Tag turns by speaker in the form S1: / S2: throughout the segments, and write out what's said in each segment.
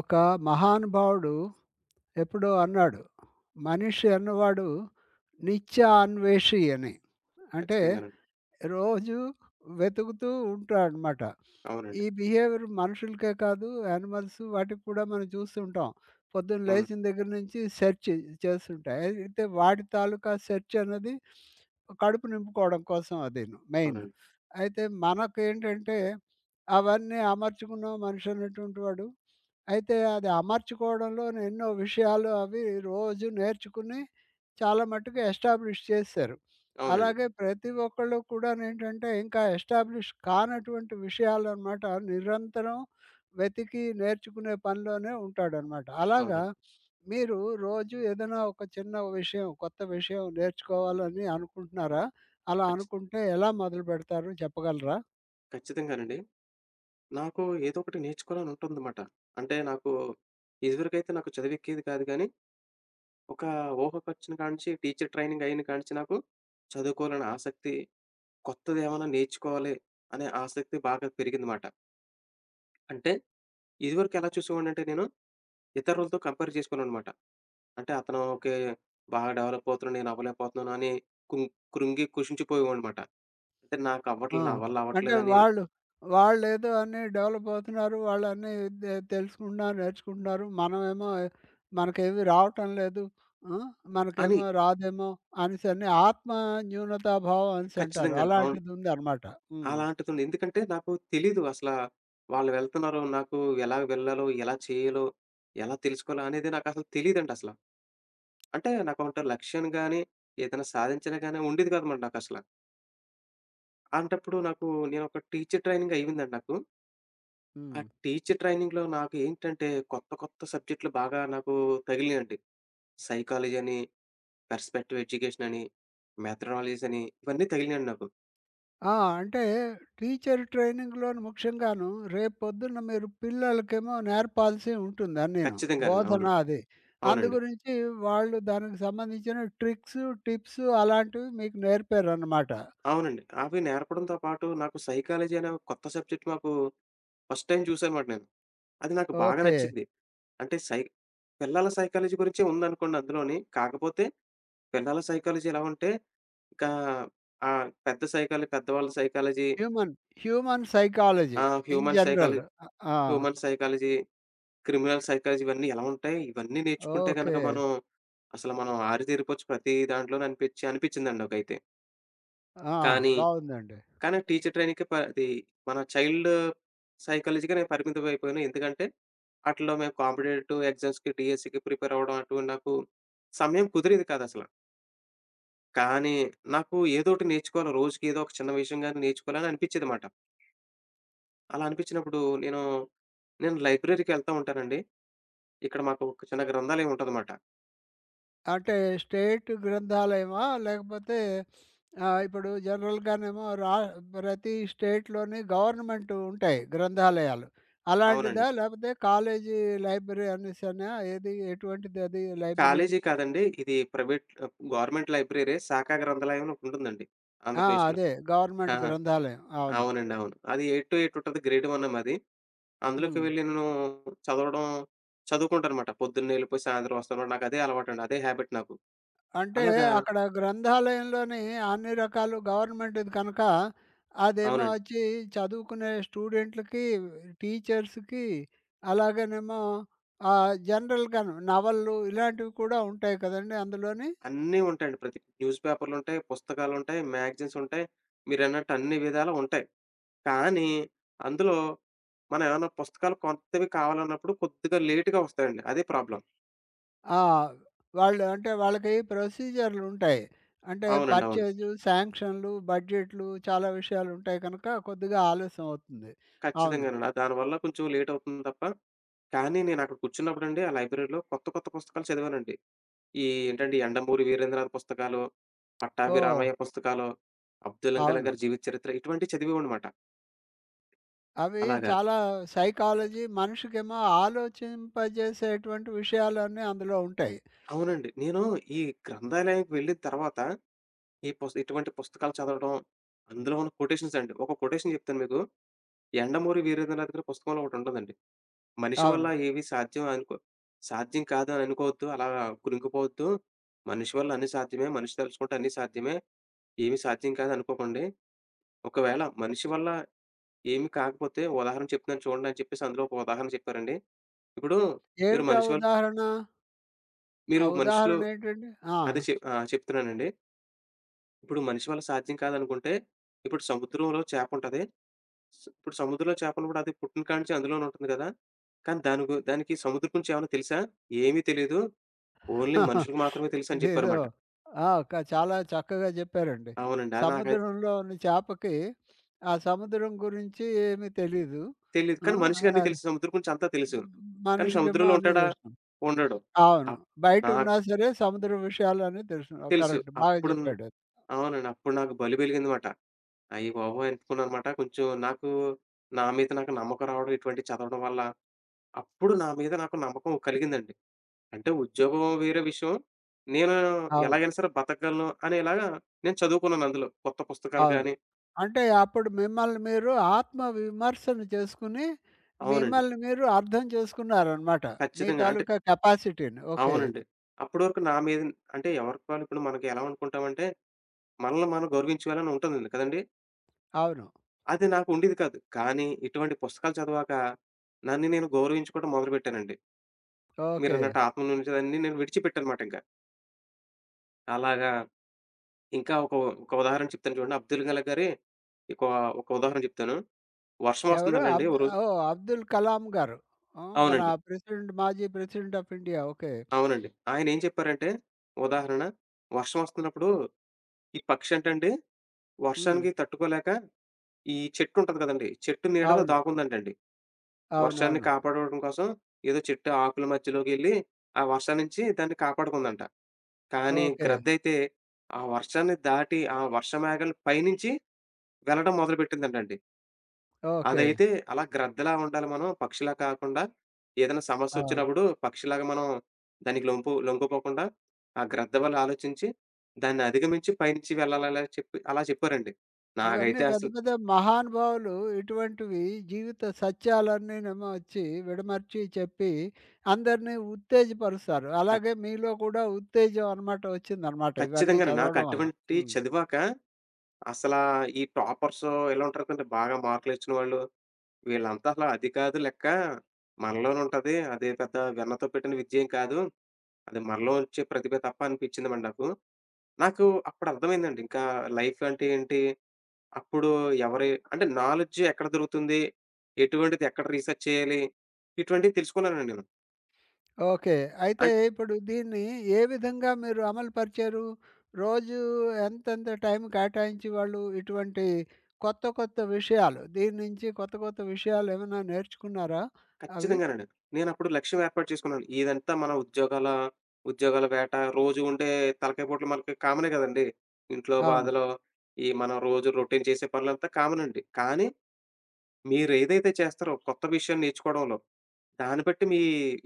S1: ఒక మహానుభావుడు ఎప్పుడో అన్నాడు. మనిషి అన్నవాడు నిత్యాన్వేషి అని. అంటే
S2: ఖచ్చితంగానండి.
S1: రోజు వెతుకుతూ ఉంటాడనమాట.
S2: అవునండి.
S1: ఈ బిహేవియర్ మనుషులకే కాదు యానిమల్స్ వాటికి కూడా మనం చూస్తుంటాం. పొద్దున్న
S2: అవును.
S1: లేచిన దగ్గర నుంచి సెర్చ్ చేస్తుంటాయి. అయితే వాటి తాలూకా సెర్చ్ అన్నది కడుపు నింపుకోవడం కోసం అదీను మెయిన్.
S2: అవునండి.
S1: అయితే మనకేంటంటే అవన్నీ అమర్చుకున్న మనిషి అనేటువంటి వాడు అయితే అది అమర్చుకోవడంలో ఎన్నో విషయాలు అవి రోజు నేర్చుకుని చాలా మట్టుకు ఎస్టాబ్లిష్ చేశారు.
S2: అవునండి.
S1: అలాగే ప్రతి ఒక్కళ్ళు కూడానేంటంటే ఇంకా ఎస్టాబ్లిష్ కానటువంటి విషయాలనమాట నిరంతరం వెతికి నేర్చుకునే పనిలోనే ఉంటాడనమాట. అలాగా
S2: అవునండి.
S1: మీరు రోజు ఏదైనా ఒక చిన్న విషయం, కొత్త విషయం నేర్చుకోవాలని అనుకుంటున్నారా? అలా
S2: ఖచ్చి
S1: అనుకుంటే ఎలా మొదలుపెడతారు చెప్పగలరా?
S2: ఖచ్చితంగానండి. నాకు ఏదో ఒకటి నేర్చుకోవాలని ఉంటుందమాట. అంటే నాకు ఇదివరకైతే నాకు చదివెక్కేది కాదు గానీ, ఒక ఊహకొచ్చిన కాడ్నుంచి టీచర్ ట్రైనింగ్ అయిన కాడ్నుంచి నాకు చదువుకోవాలని ఆసక్తి, కొత్తదేమన్నా నేర్చుకోవాలి అనే ఆసక్తి బాగా పెరిగిందిమాట. అంటే ఇదివరకు ఎలా చూసేవాడినంటే నేను ఇతరులతో కంపేర్ చేసుకునేవాడినమాట. అంటే అతను ఓకే. బాగా డెవలప్ అవుతున్నాను. నేను అవ్వలేకపోతున్నాను అని కుం కృంగి కృషించిపోయేవాడినమాట. అంటే
S1: ఆ!
S2: నాకవ్వట్లేదు. నా వల్ల
S1: అంటే
S2: అవ్వట్లేదని
S1: వాళ్ళు, వాళ్ళేదో అన్నీ డెవలప్ అవుతున్నారు. వాళ్ళన్నీ తెలుసుకుంటున్నారు, నేర్చుకుంటున్నారు. మనమేమో మనకేవి రావటం లేదు. ఆ!
S2: అని
S1: మనకేమో రాదేమో అనేసని ఆత్మ న్యూనతాభావం అనేసంటారు.
S2: ఖచ్చితంగాను. అవును.
S1: అలాంటిదుందనమాట. హ్మ్.
S2: అలాంటిదుంది. ఎందుకంటే నాకు తెలీదు అసలా వాళ్ళు వెళ్తున్నారు. నాకు ఎలా వెళ్ళాలో, ఎలా చేయాలో, ఎలా తెలుసుకోవాలో అనేది నాకసలు తెలీదండి అసల. అంటే నాకేమంటారు లక్ష్యం గాని, ఏదైనా సాధించడం గాని ఉండేది కాదనమాట నాకసల. అలాంటప్పుడు నాకు నేనొక టీచర్ ట్రైనింగ్ అయిందండి నాకు. ఆ
S1: హ్మ్.
S2: టీచర్ ట్రైనింగ్‌లో నాకు ఏంటంటే కొత్త కొత్త సబ్జెక్టులు బాగా నాకు తగిలినియండి. సైకాలజీ అని, పర్స్పెక్టివ్ ఎడ్యుకేషన్ అని, మెథడాలజీస్ అని ఇవన్నీ తగిలినాయండి నాకు.
S1: ఆ! అంటే టీచర్ ట్రైనింగ్‌లోని ముఖ్యంగాను రేపొద్దున్న మీరు పిల్లలకేమో నేర్పాల్సి ఉంటుంది అన్నీను.
S2: ఖచ్చితంగానండి.
S1: బోధన
S2: అవును.
S1: అది.
S2: అవునండి.
S1: అందుగురించి వాళ్ళు దానికి సంబంధించిన ట్రిక్స్, టిప్స్ అలాంటివి మీకు నేర్పారనమాట.
S2: అవునండి. అవి నేర్పడంతో పాటు నాకు సైకాలజీ అనే ఒక కొత్త సబ్జెక్ట్ మాకు ఫస్ట్ టైమ్ చూసానమాట నేను. అది నాకు బాగా
S1: ఓకే.
S2: నచ్చింది. అంటే సై పిల్లల సైకాలజీ గురించే ఉందనుకోండి అందులోని. కాకపోతే పిల్లల సైకాలజీ ఎలా ఉంటే, ఇంకా పెద్ద సైకాలజీ పెద్దవాళ్ళ psychology,
S1: human, human psychology in
S2: human
S1: general.
S2: Psychology
S1: ఆ!
S2: హ్యూమన్ సైకాలజీ క్రిమినల్ సైకాలజీ ఇవన్నీ ఎలా ఉంటాయి? ఇవన్నీ నేర్చుకుంటే గనక
S1: ఓకే.
S2: మనం అసలు మనం ఆరితేరిపోవచ్చు ప్రతి దాంట్లోనూ అనిపిచ్చిందండి నాకైతే.
S1: ఆ!
S2: కానీ,
S1: బావుందండి.
S2: కానీ టీచర్ ట్రైనింగ్‌కి అది మన చైల్డ్ సైకాలజీ‌కే నేను పరిమితం అయిపోయాను. ఎందుకంటే, అట్లో మేము కాంపిటేటివ్ ఎగ్జామ్స్‌కి, డీఎస్‌కి ప్రిపేర్ అవ్వడం అటు నాకు సమయం కుదిరేది కాదసల. కానీ, నాకు ఏదోకటి నేర్చుకోవాలి రోజుకి ఏదో ఒక చిన్న విషయం గాని నేర్చుకోవాలని అనిపిచ్చేదమాట. అలా అనిపిచ్చినప్పుడు నేను లైబ్రరీ‌కెళ్తా ఉంటానండి. ఇక్కడ మాకు ఒక చిన్న గ్రంథాలయం ఉంటదమాట.
S1: అంటే స్టేట్ గ్రంథాలయమా? లేకపోతే ఇప్పుడు జనరల్‌గానేమో ప్రతి స్టేట్‌లోని గవర్నమెంట్ ఉంటాయి గ్రంథాలయాలు.
S2: అవునండి.
S1: అలాంటిదా? లేకపోతే కాలేజీ లైబ్రరీ అనేసనా? ఏది ఎటువంటిదది లైబ్రరీ?
S2: కాలేజీ కాదండి. ఇది ప్రైవేట్ గవర్నమెంట్ లైబ్రరీ శాఖా గ్రంథాలయం అని ఒకటుంటుందండి
S1: ఆ!
S2: ఆంధ్రప్రదేశ్‌లో.
S1: అదే గవర్నమెంట్
S2: ఆహా!
S1: గ్రంథాలయం. అవును.
S2: అవునండి. అవును. అది 8-8 ఉంటది. గ్రేడ్ 1 మాది. అందులోకి
S1: హ్మ్.
S2: వెళ్లి నేను చదవడం చదువుకుంటానమాట. పొద్దున్నే ఎళ్ళిపోయి సాయంత్రం వస్తాను. నాకదే అలవాటండి. అదే హాబిట్ నాకు.
S1: అంటే
S2: అలాగా
S1: అక్కడ గ్రంథాలయంలోని అన్ని రకాలు గవర్నమెంట్‌ది కనుక, అదేమో
S2: అవునండి.
S1: వచ్చి చదువుకునే స్టూడెంట్‌లకి, టీచర్స్‌కి అలాగేనేమో జనరల్‌గాను నవలలు ఇలాంటివి కూడా ఉంటాయి కదండీ అందులోని.
S2: అన్నీ ఉంటాయండి. ప్రతి న్యూస్ పేపర్‌లుంటాయి, పుస్తకాలుంటాయి, మ్యాగజైన్స్ ఉంటాయి. మీరన్నట్టు అన్ని విధాలా ఉంటాయి. కానీ అందులో మనం ఏమన్నా పుస్తకాలు కొత్తవి కావాలన్నప్పుడు కొద్దిగా లేట్‌గా వస్తాయండి. అదే ప్రాబ్లమ్.
S1: ఆ! వాళ్ళు అంటే వాళ్ళకి ప్రొసీజర్‌లుంటాయి. అంటే
S2: అవునండి. అవును.
S1: పర్చేజు, శాంక్షన్‌లు, బడ్జెట్‌లు చాలా విషయాలుంటాయి కనుక కొద్దిగా ఆలస్యం అవుతుంది. అవును.
S2: ఖచ్చితంగానండి. ఆ దానివల్ల కొంచెం లేట్ అవుతుంది తప్ప, కానీ నేనక్కడ కూర్చున్నప్పుడండి ఆ లైబ్రరీలో కొత్త, కొత్త పుస్తకాలు చదివానండి. ఈ ఏంటంటే, యండమూరి వీరేంద్రనాథ్ పుస్తకాలు, పట్టాభి
S1: ఓహ్!
S2: రామయ్య పుస్తకాలు, అబ్దుల్ కలాం
S1: అవును.
S2: గారి జీవిత చరిత్ర ఇటువంటివి చదివేవాడినమాట.
S1: అవి
S2: అలాగా.
S1: చాలా సైకాలజీ మనిషికేమో ఆలోచింపజేసేటువంటి విషయాలన్నీ అందులో ఉంటాయి.
S2: అవునండి. నేను ఈ గ్రంథాలయానికి వెళ్ళిన తర్వాత, ఈ పుస్ ఇటువంటి పుస్తకాలు చదవడం, అందులో ఉన్న కొటేషన్స్ అండి. ఒక కొటేషన్ చెప్తాను మీకు. యండమూరి వీరేంద్రనాథ్ గారి పుస్తకంలో ఒకటుంటదండి. మనిషి వల్ల
S1: అవును.
S2: ఏవి సాధ్యం అనుకో సాధ్యం కాదని అనుకోవద్దు. అలా కృంగిపోవద్దు. మనిషి వల్ల అన్నీ సాధ్యమే. మనిషి తలుచుకుంటే అన్నీ సాధ్యమే. ఏమి సాధ్యం కాదు అనుకోకండి. ఒకవేళ మనిషి వల్ల ఏమి కాకపోతే ఉదాహరణ చెప్తున్నాను చూడండి అని చెప్పేసి అందులో ఒక ఉదాహరణ చెప్పారండి. ఇప్పుడు మీరు
S1: ఏమిటా
S2: మనిషి వల్
S1: ఉదాహరణ? ఆ
S2: మీరు మనుషులు
S1: ఉదాహరణ ఏంటండి? ఆ!
S2: చెప్తున్నానండి. ఇప్పుడు మనిషి వల్ల సాధ్యం కాదనుకుంటే ఇప్పుడు సముద్రంలో చేప ఉంటది. ఇప్పుడు సముద్రంలో చేప ఉన్నప్పుడు అది పుట్టిన కాడ నుంచి అందులోనే ఉంటుంది కదా! కానీ దానికి సముద్రం గురించి ఏమన్నా తెలుసా? ఏమీ తెలీదు. ఓన్లీ మనుషులకు మాత్రమే తెలుసని
S1: ఇదేదో
S2: చెప్పారుమాట.
S1: ఆ! చాలా చక్కగా చెప్పారండి.
S2: అవునండి. అది నాకైతే
S1: సముద్రంలోని చేపకి ఆ సముద్రం గురించి ఏమీ తెలీదు.
S2: తెలీదు.
S1: ఆ!
S2: కానీ మనిషికి అన్నీ
S1: అది
S2: తెలుసు. సముద్రం గురించి అంతా తెలుసు. కానీ
S1: మనిషికేమో
S2: సముద్రంలో
S1: అన్నీ
S2: ఉంటాడా?
S1: తెలుసు.
S2: ఉండడు.
S1: అవును.
S2: అప్ నాకు
S1: బయటున్నా సరే సముద్ర విషయాలన్నీ తెలుసు.
S2: తెలుసు.
S1: కరెక్ట్. బాగా
S2: అప్పుడు
S1: చెప్పాడది.
S2: అవునండి. అప్పుడు నాకు బలి వెలిగిందిమాట. అయ్య బాబోయ్! అనుకున్నానమాట. కొంచెం నాకు నా మీద నాకు నమ్మకం రావడం ఇటువంటివి చదవడం వల్ల, అప్పుడు నా మీద నాకు నమ్మకం కలిగిందండి. అంటే ఉద్యోగం వేరే విషయం. నేను
S1: అవును.
S2: ఎలాగైనా సరే బతకగలను అనేలాగా నేను చదువుకున్నాను అందులో. కొత్త పుస్తకాలు
S1: అవును.
S2: గాని
S1: అంటే అప్పుడు మిమ్మల్ని మీరు ఆత్మ విమర్శన చేసుకొని,
S2: అవునండి.
S1: మిమ్మల్ని మీరు అర్థం చేసుకున్నారనమాట. మీ
S2: ఖచ్చితంగా. అంటే
S1: తాలూకా కెపాసిటీని. ఓకే.
S2: అవునండి. అప్పటివరకు నా మీద అంటే ఎవరికి వాళ్ళు ఇప్పుడు మనకి ఎలా అనుకుంటామంటే, మనల్ని మనం గౌరవించుకోవాలని ఉంటుందండి కదండీ!
S1: అవును.
S2: అది నాకు ఉండేది కాదు. కానీ ఇటువంటి పుస్తకాలు చదివాక నన్ను నేను గౌరవించుకోవడం మొదలుపెట్టానండి.
S1: ఓకే.
S2: మీరన్నట్టు ఆత్మన్యూనతలన్నీ నేను విడిచిపెట్టానమాట ఇంకా. అలాగా ఇంకా ఒక ఉదాహరణ చెప్తాను చూడండి. 'అబ్దుల్ కలాం' గారి ఒక, ఒక ఉదాహరణ చెప్తాను. వర్షం
S1: ఎవరు?
S2: వస్తుందంటండి ఓ రోజు
S1: ఓహ్! అబ్దుల్ కలాం గారు. ఆ! మన
S2: అవునండి.
S1: ప్రెసిడెంట్ మాజీ ప్రెసిడెంట్ ఆఫ్ ఇండియా. ఓకే.
S2: అవునండి. ఆయన ఏం చెప్పారంటే ఉదాహరణ వర్షం వస్తున్నప్పుడు ఈ పక్షి అంటండి
S1: హ్మ్.
S2: వర్షానికి తట్టుకోలేక ఈ చెట్టు ఉంటది కదండీ! చెట్టు నీడలో
S1: అవును.
S2: దాగుందంటండి. వర్షాన్ని
S1: అవునవును.
S2: కాపాడుకోవడం కోసం ఏదో చెట్టు ఆకుల మధ్యలోకెళ్ళి ఆ వర్షం నుంచి దాన్ని కాపాడుకుందంట. కానీ
S1: ఓకే.
S2: గ్రద్దయితే ఆ వర్షాన్ని దాటి ఆ వర్ష మేఘాల పైనుంచి వెళ్ళడం మొదలుపెట్టిందంటండి.
S1: ఓకే.
S2: అదైతే అలా గ్రద్దలా ఉండాలి మనం పక్షిలా కాకుండా ఏదైనా
S1: ఆ!
S2: సమస్యొచ్చినప్పుడు పక్షిలాగా మనం దానికి లొంగిపోకుండా ఆ గ్రద్ద వల్ల ఆలోచించి దాన్ని అధిగమించి పైనుంచి వెళ్ళాలలా చెప్పి అలా చెప్పారండి.
S1: ఇవన్నీ
S2: నాకైతే
S1: పెద్ద
S2: అసలు
S1: పెద్ద మహానుభావులు ఇటువంటివి జీవిత సత్యాలన్నీనేమో వచ్చి విడమర్చి చెప్పి అందరినీ ఉత్తేజపరుస్తారు. అలాగే మీలో కూడా ఉత్తేజం అనమాట వచ్చిందనమాట ఇవన్నీ
S2: ఖచ్చితంగానే. నాకు
S1: చదవడం వలన.
S2: అటువంటియి
S1: హ్మ్.
S2: చదివాక అసలా ఈ టాపర్సు ఇలా ఉంటారు కదండీ! బాగా మార్కులొచ్చిన వాళ్ళు. వీళ్ళంతా అసల అది కాదు లెక్క. మనలోనే ఉంటది. అది పెద్ద వెన్నతో పెట్టిన విద్యేం కాదు. అది మనలో వచ్చే ప్రతిభే తప్ప అనిపించిందండి నాకు. నాకు అప్పుడు అర్థమైందండి. ఇంకా లైఫ్ అంటే ఏంటి? అప్పుడు ఎవరి అంటే నాలెడ్జ్ ఎక్కడ దొరుకుతుంది? ఎటువంటిది ఎక్కడ రీసెర్చ్ చేయాలి? ఇటువంటివి తెలుసుకున్నానండి నేను.
S1: ఓకే. అయితే
S2: అంటే
S1: ఇప్పుడు దీన్ని ఏ విధంగా మీరు అమలు పరిచారు? రోజు ఎంతెంత టైం కేటాయించి వాళ్ళు ఇటువంటి కొత్త కొత్త విషయాలు దీని నుంచి కొత్త కొత్త విషయాలేమైనా నేర్చుకున్నారా అవి?
S2: ఖచ్చితంగానండి. నేనప్పుడు లక్ష్యం ఏర్పాటు చేసుకున్నాను. ఇదంతా మన ఉద్యోగాల ఉద్యోగాల వేట, రోజు ఉండే తలకాయ పోట్లు మనకి కామనే గదండీ. ఇంట్లో
S1: అవును.
S2: బాధలు, ఈ మనం రోజు రొటీన్ చేసే పనులంతా కామన్ అండి. కానీ మీరేదైతే చేస్తారో కొత్త విషయం నేర్చుకోవడంలో, దాన్ని బట్టి మీ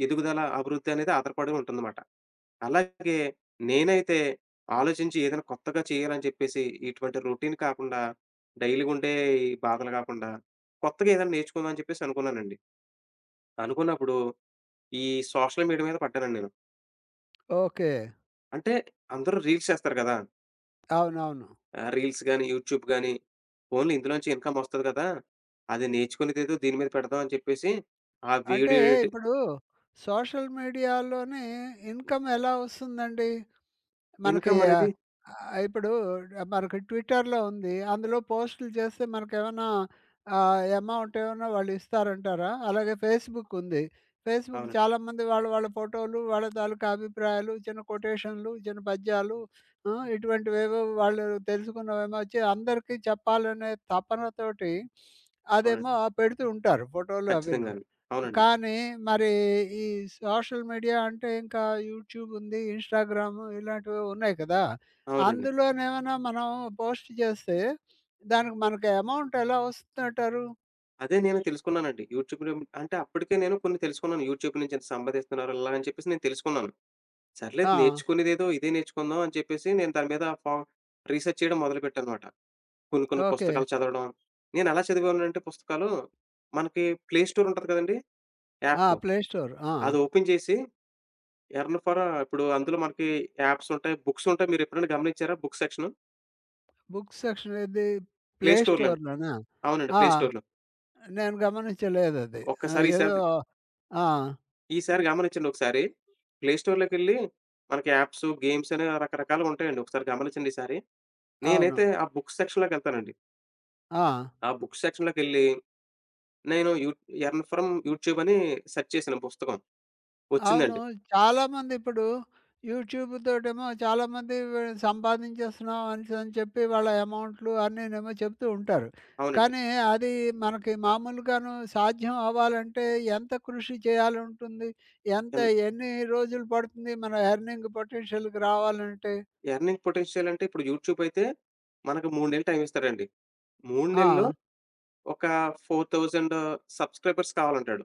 S2: ఎదుగుదల, అభివృద్ధి అనేది ఆధారపడి ఉంటుందమాట. అలాగే నేనైతే ఆలోచించి ఏదైనా కొత్తగా చేయాలని చెప్పేసి, ఇటువంటి రొటీన్ కాకుండా, డైలీగుండే ఈ బాధలు గాకుండా కొత్తగా ఏదైనా నేర్చుకుందాం అని చెప్పేసి అనుకున్నానండి. అనుకున్నప్పుడు ఈ సోషల్ మీడియా మీద పడ్డానండి నేను.
S1: ఓకే.
S2: అంటే అందరూ రీల్స్ చేస్తారు కదా!
S1: అవునవును.
S2: రీల్స్ గాని, యూట్యూబ్ గాని, పోన్లే ఇందులోంచి ఇన్‌కమ్ ఒస్తది కదా! అది నేర్చుకునేదేదో దీని మీద పెడదాం అని చెప్పేసి, ఆ
S1: అంటే
S2: వీడియో ఎడిటింగ్
S1: ఇప్పుడు సోషల్ మీడియాలోని ఇన్‌కమ్ ఎలా వస్తుందండి? మనకి
S2: ఇన్‌కమ్ అనేది
S1: ఇప్పుడు మనకి ట్విట్టర్‌లో ఉంది. అందులో పోస్టులు చేస్తే మనకేమన్నా అమౌంట్ ఏమన్నా వాళ్ళు ఇస్తారంటారా? అలాగే ఫేస్‌బుక్ ఉంది. ఫేస్‌బుక్
S2: అవునండి.
S1: చాలామంది వాళ్ళ వాళ్ళ ఫోటోలు, వాళ్ళ తాలూకా అభిప్రాయాలు, చిన్న కొటేషన్లు, చిన్న పద్యాలు ఇటువంటివేవో వాళ్ళు తెలుసుకున్నవేమో వచ్చి అందరికీ చెప్పాలనే తపనతోటి అదేమో
S2: అవునండి.
S1: పెడుతూ ఉంటారు ఫోటోలు అవిను.
S2: ఖచ్చితంగాను. అవునండి.
S1: కానీ మరి ఈ సోషల్ మీడియా అంటే ఇంకా యూట్యూబ్ ఉంది, ఇన్‌స్టాగ్రామ్ ఇలాంటివి ఉన్నాయి కదా!
S2: అవునండి.
S1: అందులోనేమైనా మనం పోస్ట్ చేస్తే దానికి మనకి అమౌంట్ ఎలా వస్తుందంటారు?
S2: అదే నేను తెలుసుకున్నానండి. యూట్యూబ్‌లో అంటే అప్పటికే నేను కొన్ని తెలుసుకున్నాను. యూట్యూబ్ నుంచి ఎంత సంపాదిస్తున్నారు ఇలాగని చెప్పేసి నేను తెలుసుకున్నాను. సర్లేదు
S1: ఆ!
S2: నేర్చుకునేదేదో ఇదే నేర్చుకుందాం అని చెప్పేసి నేను దాని మీద రీసెర్చ్ చేయడం మొదలుపెట్టానమాట. కొన్ని, కొన్ని
S1: ఓకే.
S2: పుస్తకాలు చదవడం. నేనెలా చదివేవాడినంటే పుస్తకాలు, మనకి ప్లే స్టోర్ ఉంటది కదండీ!
S1: ఆ!
S2: యాప్.
S1: Play store. ఆ!
S2: అది ఓపెన్ చేసి ఎర్న్ ఫర్ ఇప్పుడు అందులో మనకి యాప్స్ ఉంటాయి, బుక్స్ ఉంటాయి. మీరెప్పుడైనా గమనించారా? Book section.
S1: బుక్ సెక్షన్ ఏది?
S2: ప్లే
S1: ప్లే
S2: స్టోర్‌లోని.
S1: స్టోర్‌లోనా?
S2: అవునండి.
S1: ఆ!
S2: ప్లే స్టోర్‌లో.
S1: నేను గమనించలేదది. ఆ!
S2: ఒక్కసారి
S1: ఏదో
S2: ఈసారి
S1: ఆ!
S2: ఈసారి గమనించండి ఒకసారి. ప్లే స్టోర్‌లోకెళ్ళి మనకి యాప్స్, గేమ్స్ అని రకరకాలుగా ఉంటాయండి. ఒకసారి గమనించండి ఈసారి.
S1: అవును.
S2: నేనైతే ఆ బుక్ సెక్షన్‌లోకెళ్తానండి.
S1: ఆ!
S2: ఆ బుక్ సెక్షన్‌లోకెళ్ళి నేను యూ ఎర్న్ ఫ్రమ్ యూట్యూబ్ అని సెర్చ్ చేశాను పుస్తకం.
S1: అవును.
S2: వచ్చిందండి.
S1: చాలామంది ఇప్పుడు యూట్యూబ్ తోటేమో చాలామంది సంపాదించేస్తున్నాం అనేసని చెప్పి వాళ్ళ అమౌంట్లు అన్నీనేమో చెప్తూ ఉంటారు.
S2: అవునండి.
S1: కానీ అది మనకి మామూలుగాను సాధ్యం అవ్వాలంటే ఎంత కృషి చేయాలుంటుంది? ఎంత
S2: ఎన్
S1: ఎన్ని రోజులు పడుతుంది మన ఎర్నింగ్ పొటెన్షియల్‌కి రావాలంటే?
S2: ఎర్నింగ్ పొటెన్షియల్ అంటే ఇప్పుడు యూట్యూబ్ అయితే మనకు 3 నెలలు టైమ్ ఇస్తాడండి. 3
S1: ఆ!
S2: నెలల్లో ఒక 4,000 సబ్స్క్రైబర్స్ కావాలంటాడు.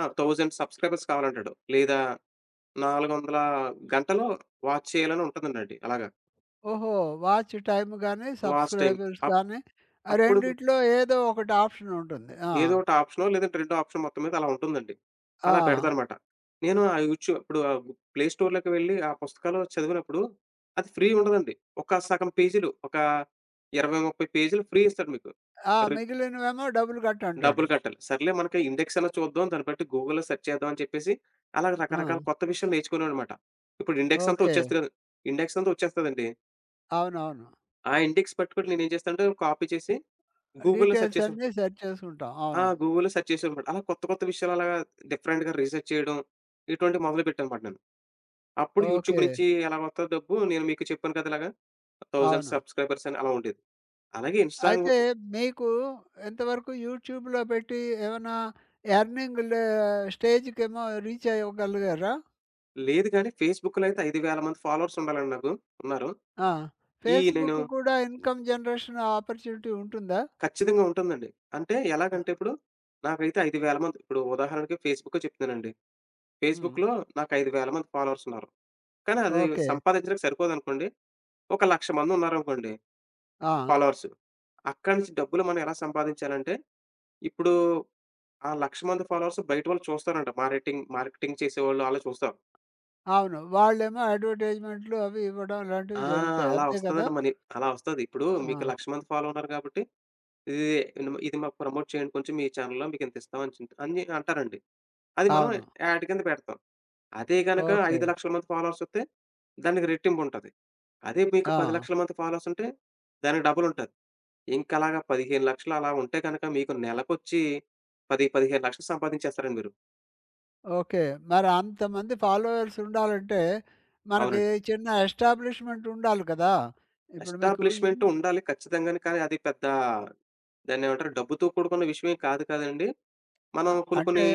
S2: ఆ! 1000 సబ్స్క్రైబర్స్ కావాలంటాడు. లేదా 400 గంటలు వాచ్ చేయాలని ఉంటుందండి అలాగా.
S1: ఓహో! వాచ్ టైమ్ గాని,
S2: వాచ్ టైమ్.
S1: సబ్స్క్రైబర్స్
S2: అప్
S1: కానీ ఆ
S2: అప్పుడు
S1: రెండిట్లో ఏదో ఒకటి ఆప్షన్ ఉంటుంది. ఆ!
S2: ఏదో ఒకటి ఆప్షనో లేదంటే రెండో ఆప్షన్ మొత్తం మీద అలా ఉంటుందండి.
S1: ఆ!
S2: అలా పెడతానమాట. నేను ఆ యూట్యూబ్ ఇప్పుడు ఆ ప్లే స్టోర్‌లోకి వెళ్లి ఆ పుస్తకాలు చదివినప్పుడు అది ఫ్రీ ఉండదండి. ఒక సగం పేజీలు ఒక 20, 30 పేజీలు ఫ్రీ ఇస్తాడు మీకు.
S1: ఆ!
S2: రి
S1: మిగిలినవేమో డబ్బులు కట్టు
S2: డబ్బులు
S1: అంటాడు.
S2: కట్టాలి. సర్లే మనకి ఇండెక్స్ అన్నా చూద్దాం. దాన్ని బట్టి గూగుల్‌లో సెర్చ్ చేద్దాం అని చెప్పేసి, అలా రకరకాల
S1: ఆ!
S2: కొత్త విషయాలు నేర్చుకునేవాడినమాట. ఇప్పుడు ఇండెక్స్ అంతా
S1: ఓకే.
S2: వచ్చేస్తది కదా! ఇండెక్స్ అంతా వచ్చేస్తదండి.
S1: అవునవును.
S2: ఆ ఇండెక్స్ పట్టుకొని నేనేం చేస్తానంటే కాపీ చేసి గూగుల్‌లో సెర్చ్
S1: డీటెయిల్స్
S2: చేసేవాడిని.
S1: అన్నీ సెర్చ్ చేసుకుంటాం.
S2: ఆ!
S1: అవును.
S2: గూగుల్‌లో సెర్చ్ చేసేవాడినమాట. అలా కొత్త కొత్త విషయాలు అలాగా డిఫరెంట్‌గా రీసెర్చ్ చేయడం, ఇటువంటివి మొదలుపెట్టానమాట నేను. అప్పుడు యూట్యూబ్
S1: ఓకే.
S2: నుంచి ఎలా వత్తదో డబ్బు నేను మీకు చెప్పాను కదా! ఇలాగా 1000
S1: అవును.
S2: సబ్‌స్క్రైబర్స్ అని అలా ఉండేది. అలాగే ఇన్‌స్టా‌లో
S1: అయితే మీకు ఎంతవరకు యూట్యూబ్‌లో పెట్టి ఏమన్నా ఎర్నింగ్ లే స్టేజ్‌కేమో రీచ్ అవ్వగలిగారా?
S2: లేదు కానీ ఫేస్‌బుక్‌లో అయితే 5,000 మంది ఫాలోవర్స్ ఉండాలండి నాకు. ఉన్నారు.
S1: ఆ!
S2: నేను
S1: ఫేస్‌బుక్ కూడా ఇన్‌కమ్ జనరేషన్ ఆపర్చునిటీ ఉంటుందా?
S2: ఖచ్చితంగా ఉంటుందండి. అంటే
S1: ఆ!
S2: ఎలాగంటే ఇప్పుడు నాకైతే 5,000 మంది ఇప్పుడు ఉదాహరణకి ఫేస్‌బుక్కే చెప్తున్నానండి.
S1: హ్మ్.
S2: ఫేస్‌బుక్‌లో నాకు 5,000 మంది ఫాలోవర్స్ ఉన్నారు. కానీ అది
S1: ఓకే.
S2: సంపాదించడానికి సరిపోదనుకోండి. ఒక 1,00,000 మంది ఉన్నారనుకోండి
S1: ఆ!
S2: ఫాలోవర్స్. అక్కడి నుంచి డబ్బులు మనం ఎలా సంపాదించాలంటే ఇప్పుడు ఆ 1,00,000 మంది ఫాలోవర్స్ బయట వాళ్ళు చూస్తారంట. మార్కెటింగ్ మార్కెటింగ్ చేసేవాళ్ళు అలా చూస్తారు.
S1: అవును. వాళ్ళేమో అడ్వర్టైజ్‌మెంట్‌లు అవి ఇవ్వడం
S2: ఆ!
S1: ఇలాంటివి జరుగుతాయి.
S2: అలా
S1: అంతే కదా!
S2: వస్తదండి మనీ. అలా వస్తది. ఇప్పుడు
S1: ఆ!
S2: మీకు 1,00,000 మంది ఫాలో ఉన్నారు కాబట్టి, ఇది ఇది మాకు ప్రమోట్ చేయండి కొంచెం మీ ఛానెల్‌లో మీకింతిస్తాం అని చింత్ అని అంటారండి. అది మనం
S1: అవును.
S2: యాడ్ కింద పెడతాం. అదే గనక
S1: ఓకే.
S2: 5,00,000 మంది ఫాలోవర్స్ వస్తే దానికి రెట్టింపుంటది. అదే మీకు
S1: ఆ!
S2: 10,00,000 మంది ఫాలోవర్స్ ఉంటే దానికి డబలుంటది. ఇంకలాగా 15,00,000 అలా ఉంటే గనక మీకు నెలకొచ్చి 10, 15,00,000 సంపాదించేస్తారండి మీరు.
S1: ఓకే. మరి అంతమంది ఫాలోవర్స్ ఉండాలంటే, మనకి
S2: అవునండి.
S1: చిన్న ఎస్టాబ్లిష్‌మెంట్ ఉండాలి కదా! ఇప్పుడు మీకు
S2: ఎస్టాబ్లిష్‌మెంట్ ఉండాలి ఖచ్చితంగానే. కానీ అది పెద్ద దాన్నేమంటారు? డబ్బుతో కూడుకున్న విషయం ఏం కాదు కదండీ! మనం కొన్ని కొన్ని
S1: అంటే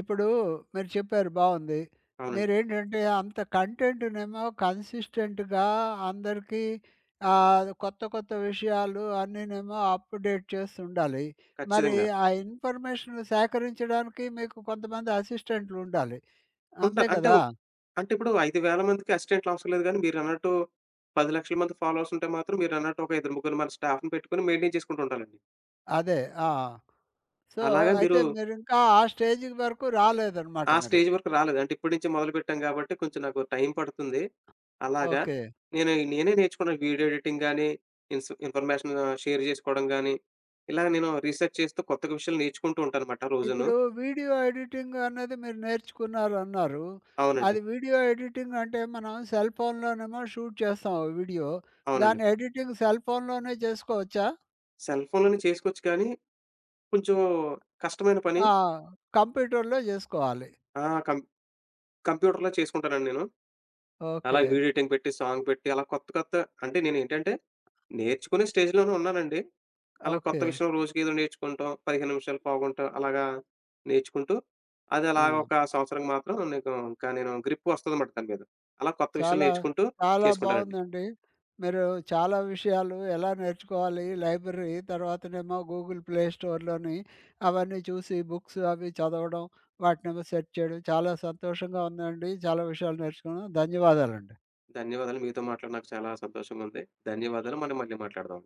S1: ఇప్పుడు మీరు చెప్పారు బావుంది.
S2: అవునండి.
S1: మీరేంటంటే అంత కంటెంట్‌నేమో కన్సిస్టెంట్‌గా అందరికీ కొత్త కొత్త విషయాలు అన్నీనేమో అప్‌డేట్ చేస్తుండాలి. మరి
S2: ఖచ్చితంగా.
S1: ఆ ఇన్ఫర్మేషన్ సేకరించడానికి మీకు కొంతమంది అసిస్టెంట్‌లుండాలి. అంతే
S2: ఉండాలి. అంటే
S1: కదా!
S2: అంటే ఇప్పుడు 5,000 మందికి అసిస్టెంట్లు అవసరం లేదు గానీ మీరన్నట్టు 10,00,000 మంది ఫాలోవర్స్ ఉంటే మాత్రం మీరన్నట్టు ఒక ఇద్దరు ముగ్గురు మన స్టాఫ్‌ని పెట్టుకొని మెయింటైన్ చేసుకుంటూ ఉండాలండి.
S1: అదే. ఆ! సో,
S2: అలాగా మీరు
S1: అయితే మీరింకా ఆ స్టేజ్‌కి వరకు రాలేదనమాట
S2: ఆ
S1: మీరు.
S2: స్టేజ్ వరకు రాలేదు. అంటే ఇప్పటి నుంచి మొదలుపెట్టాం గాబట్టి కొంచెం నాకు టైం పడుతుంది. అలాగా
S1: ఓకే.
S2: నేనే నేర్చుకున్నాను. వీడియో ఎడిటింగ్ గాని, ఇన్ఫర్మేషన్ షేర్ జేసుకోవడం గాని, ఇలా నేను రీసెర్చ్ చేస్తూ కొత్తగా విషయాలు నేర్చుకుంటూ ఉంటానన్నమాట రోజును.
S1: ఇప్పుడు వీడియో ఎడిటింగ్ అనేది మీరు నేర్చుకున్నారన్నారు.
S2: అవునండి.
S1: అది వీడియో ఎడిటింగ్ అంటే మనం సెల్ ఫోన్‌లోనేమో షూట్ చేస్తాం వీడియో.
S2: అవునండి.
S1: దాని ఎడిటింగ్ సెల్ ఫోన్‌లోనే చేసుకోవచ్చా?
S2: సెల్ ఫోన్‌లోనే చేసుకోవచ్చు కానీ కొంచెం కష్టమైన పని
S1: ఆ! కంప్యూటర్‌లో జేసుకోవాలి.
S2: ఆ! కం కంప్యూటర్‌లో చేసుకుంటానండి నేను. అలా
S1: ఓకే.
S2: వీడియో ఎడిటింగ్ పెట్టి, సాంగ్ పెట్టి అలా కొత్త కొత్త అంటే నేనేంటంటే, నేర్చుకునే స్టేజ్‌లోనే ఉన్నానండి. అలా కొత్త
S1: ఓకే.
S2: విషయం రోజుకేదో నేర్చుకుంటాం. 15 నిమిషాలు, పావుగంట అలాగా నేర్చుకుంటూ, అది
S1: ఆ!
S2: అలాగ ఒక సంవత్సరం మాత్రం నీకు ఇంకా నేను గ్రిప్ వస్తదనమాట దాని మీద. అలా కొత్త విషయాలు
S1: చాలా,
S2: నేర్చుకుంటూ
S1: చాలా
S2: చేసుకుంటానండి.
S1: బావుందండి. మీరు చాలా విషయాలు ఎలా నేర్చుకోవాలి లైబ్రరీ, తర్వాతనేమో గూగుల్ ప్లే స్టోర్‌లోని అవన్నీ చూసి బుక్స్ అవి చదవడం, వాటినేమో సెర్చ్ చేయడం. చాలా సంతోషంగా ఉందండి. చాలా విషయాలు నేర్చుకున్నాం. ధన్యవాదాలండి.
S2: ధన్యవాదాలు. మీతో మాట్లాడి నాకు చాలా సంతోషంగా ఉంది. ధన్యవాదాలు. మనం మళ్ళీ మాట్లాడదాం.